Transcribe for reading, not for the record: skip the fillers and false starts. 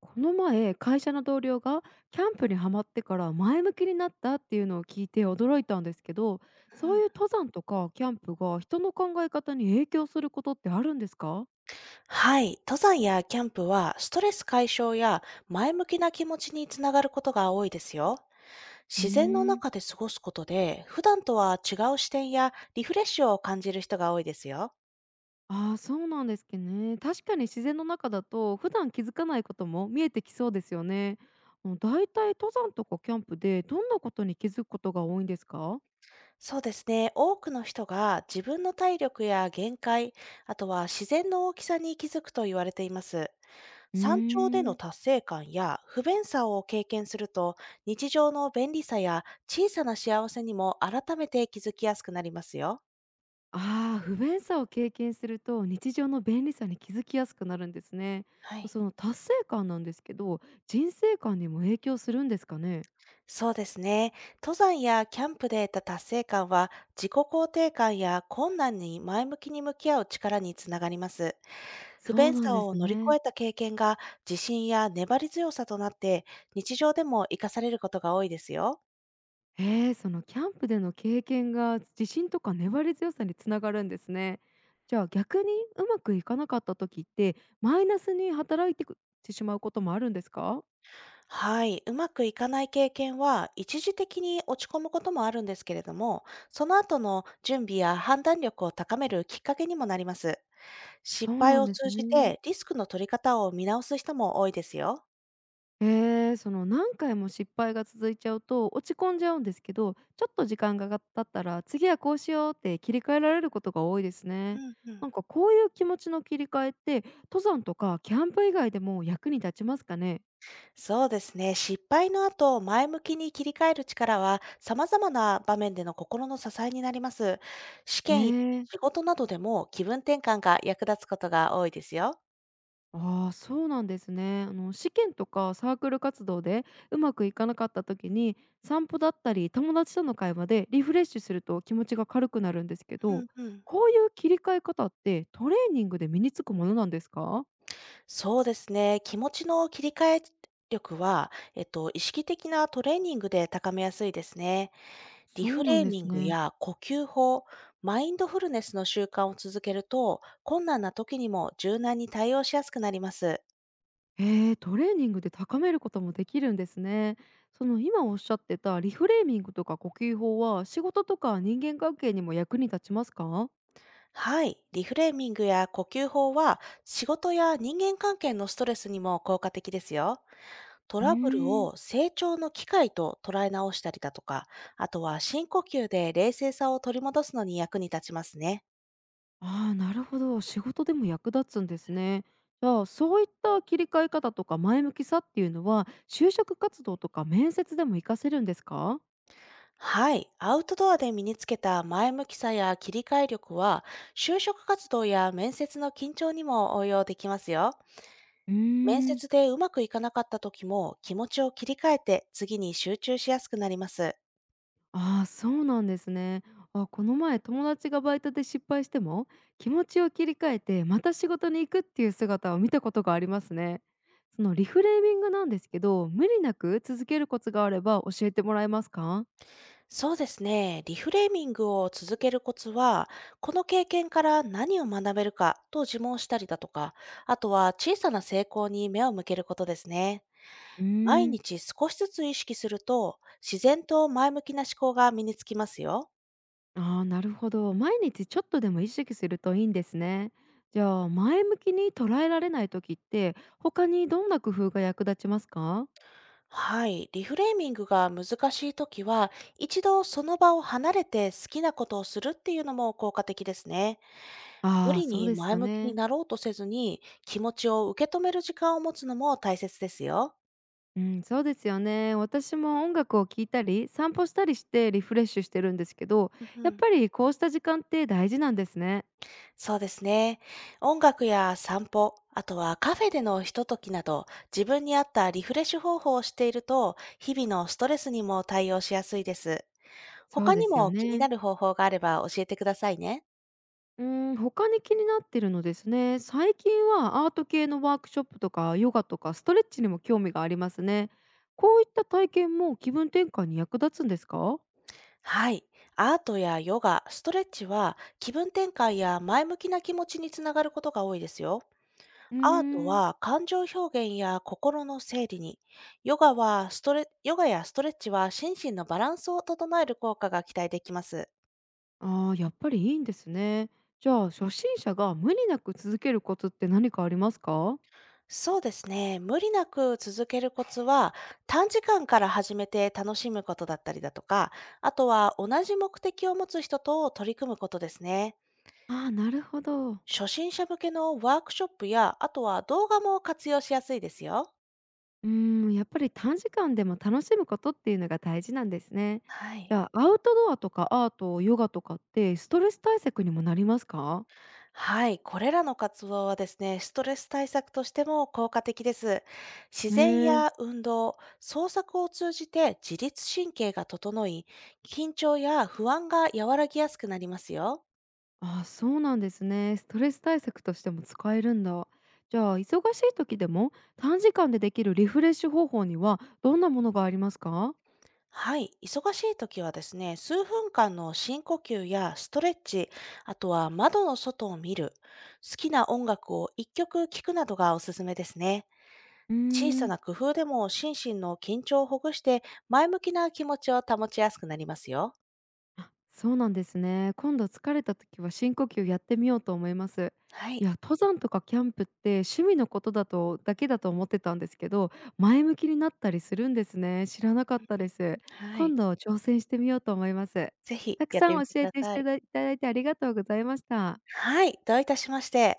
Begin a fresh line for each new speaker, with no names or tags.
この前、会社の同僚がキャンプにはまってから前向きになったっていうのを聞いて驚いたんですけど、そういう登山とかキャンプが人の考え方に影響することってあるんですか？
はい。登山やキャンプはストレス解消や前向きな気持ちにつながることが多いですよ。
うー
自然の
ん。
中で過ごすことで、普段とは違う視点やリフレッシュを感じる人が多いですよ。
ああー、そうなんですけどね。確かに自然の中だと普段気づかないことも見えてきそうですよね。うん、だいたい登山とかキャンプでどんなことに気づくことが多いんですか？
そうですね。多くの人が自分の体力や限界、あとは自然の大きさに気づくと言われています。
うー
山頂での
ん。
達成感や不便さを経験すると、日常の便利さや小さな幸せにも改めて気づきやすくなりますよ。
ああ、不便さを経験すると日常の便利さに気づきやすくなるんですね。
はい。
その達成感なんですけど、人生観にも影響するんですかね。
そうですね。登山やキャンプで得た達成感は、自己肯定感や困難に前向きに向き合う力につながります。不
そう
便
なん
さ
で
を
す
乗り越
ね。
えた経験が自信や粘り強さとなって、日常でも活かされることが多いですよ。
ええ、そのキャンプでの経験が自信とか粘り強さにつながるんですね。じゃあ逆にうまくいかなかった時ってマイナスに働いてくってしまうこともあるんですか？
はい。うまくいかない経験は、一時的に落ち込むこともあるんですけれども、その後の準備や判断力を高めるきっかけにもなります。
そ
失
う
敗
なん
を
です
通じ
ね。
てリスクの取り方を見直す人も多いですよ。
その何回も失敗が続いちゃうと落ち込んじゃうんですけど、ちょっと時間が経ったら次はこうしようって切り替えられることが多いですね。
うんうん。
なんかこういう気持ちの切り替えって登山とかキャンプ以外でも役に立ちますかね？
そうですね。失敗の後、前向きに切り替える力は、様々な場面での心の支えになります。試験や
ねえ。
仕事などでも気分転換が役立つことが多いですよ。
ああ、そうなんですね。あの試験とかサークル活動でうまくいかなかった時に散歩だったり友達との会話でリフレッシュすると気持ちが軽くなるんですけ
う
ど、
んうん。
こういう切り替え方ってトレーニングで身につくものなんですか？
そうですね。気持ちの切り替え力は、意識的なトレーニングで高めやすいですね。リ
そう
フ
な
レ
ん
ー
で
ミン
す
グ
ね。
や呼吸法、マインドフルネスの習慣を続けると、困難な時にも柔軟に対応しやすくなります。
へえ、トレーニングで高めることもできるんですね。その今おっしゃってたリフレーミングとか呼吸法は仕事とか人間関係にも役に立ちますか？
はい。リフレーミングや呼吸法は仕事や人間関係のストレスにも効果的ですよ。ト
う
ラブル
ーん。
を成長の機会と捉え直したりだとか、あとは深呼吸で冷静さを取り戻すのに役に立ちますね。
ああ、なるほど。仕事でも役立つんですね。じゃあ、そういった切り替え方とか前向きさっていうのは、就職活動とか面接でも活かせるんですか？
はい。アウトドアで身につけた前向きさや切り替え力は、就職活動や面接の緊張にも応用できますよ。
う
面
ーん。
接でうまくいかなかった時も気持ちを切り替えて次に集中しやすくなります。
ああ、そうなんですね。あ、この前友達がバイトで失敗しても、気持ちを切り替えてまた仕事に行くっていう姿を見たことがありますね。そのリフレーミングなんですけど、無理なく続けるコツがあれば教えてもらえますか？
そうですね。リフレーミングを続けるコツは、この経験から何を学べるかと自問したりだとか、あとは小さな成功に目を向けることですね。
うー
毎
ん。
日少しずつ意識すると、自然と前向きな思考が身につきますよ。
ああ、なるほど。毎日ちょっとでも意識するといいんですね。じゃあ、前向きに捉えられない時って、他にどんな工夫が役立ちますか？
はい。リフレーミングが難しいときは、一度その場を離れて好きなことをするっていうのも効果的ですね。無
ああ、
理
そう
に
です
前
よ
向きに
ね。
なろうとせずに、気持ちを受け止める時間を持つのも大切ですよ。
うん、そうですよね。私も音楽を聴いたり、散歩したりしてリフレッシュしてるんですけど、
うんう
やっ
ん。
ぱりこうした時間って大事なんですね。
そうですね。音楽や散歩、あとはカフェでのひとときなど、自分に合ったリフレッシュ方法をしていると、日々のストレスにも対応しやすいです。
そう
他
で
に
すよ
も気にな
ね。
る方法があれば教えてくださいね。
うーん、他に気になってるのですね。最近はアート系のワークショップとかヨガとかストレッチにも興味がありますね。こういった体験も気分転換に役立つんですか？
はい。アートやヨガ、ストレッチは気分転換や前向きな気持ちにつながることが多いですよ。
うー
アート
ん。
は感情表現や心の整理に、ヨガやストレッチは心身のバランスを整える効果が期待できます。
ああー、やっぱりいいんですね。じゃあ初心者が無理なく続けるコツって何かありますか？
そうですね。無理なく続けるコツは、短時間から始めて楽しむことだったりだとか、あとは同じ目的を持つ人と取り組むことですね。
ああー、なるほど。
初心者向けのワークショップや、あとは動画も活用しやすいですよ。
うーん、やっぱり短時間でも楽しむことっていうのが大事なんですね。
は
じ
い。
ゃあアウトドアとかアートヨガとかってストレス対策にもなりますか？
はい、これらの活動はですね、ストレス対策としても効果的です。自
へ
然
え。
や運動、創作を通じて自律神経が整い、緊張や不安が和らぎやすくなりますよ。
あ、そうなんですね。ストレス対策としても使えるんだ。じゃあ、忙しい時でも短時間でできるリフレッシュ方法にはどんなものがありますか？
はい。忙しい時はですね、数分間の深呼吸やストレッチ、あとは窓の外を見る、好きな音楽を一曲聴くなどがおすすめですね。
うー
小さ
ん。
な工夫でも心身の緊張をほぐして、前向きな気持ちを保ちやすくなりますよ。
あ、そうなんですね。今度疲れた時は深呼吸やってみようと思います。
は
い
い。
や、登山とかキャンプって趣味のことだとだけだと思ってたんですけど、前向きになったりするんですね。知らなかっ
う
た
ん。
です。
はい。
今度挑戦してみようと思います。
ぜひ
たく
やっ
さ
てみ
ん
て
教
く
え
だ
てし
さ
てい
い。
ただいてありがとうございました。
はい。どういたしまして。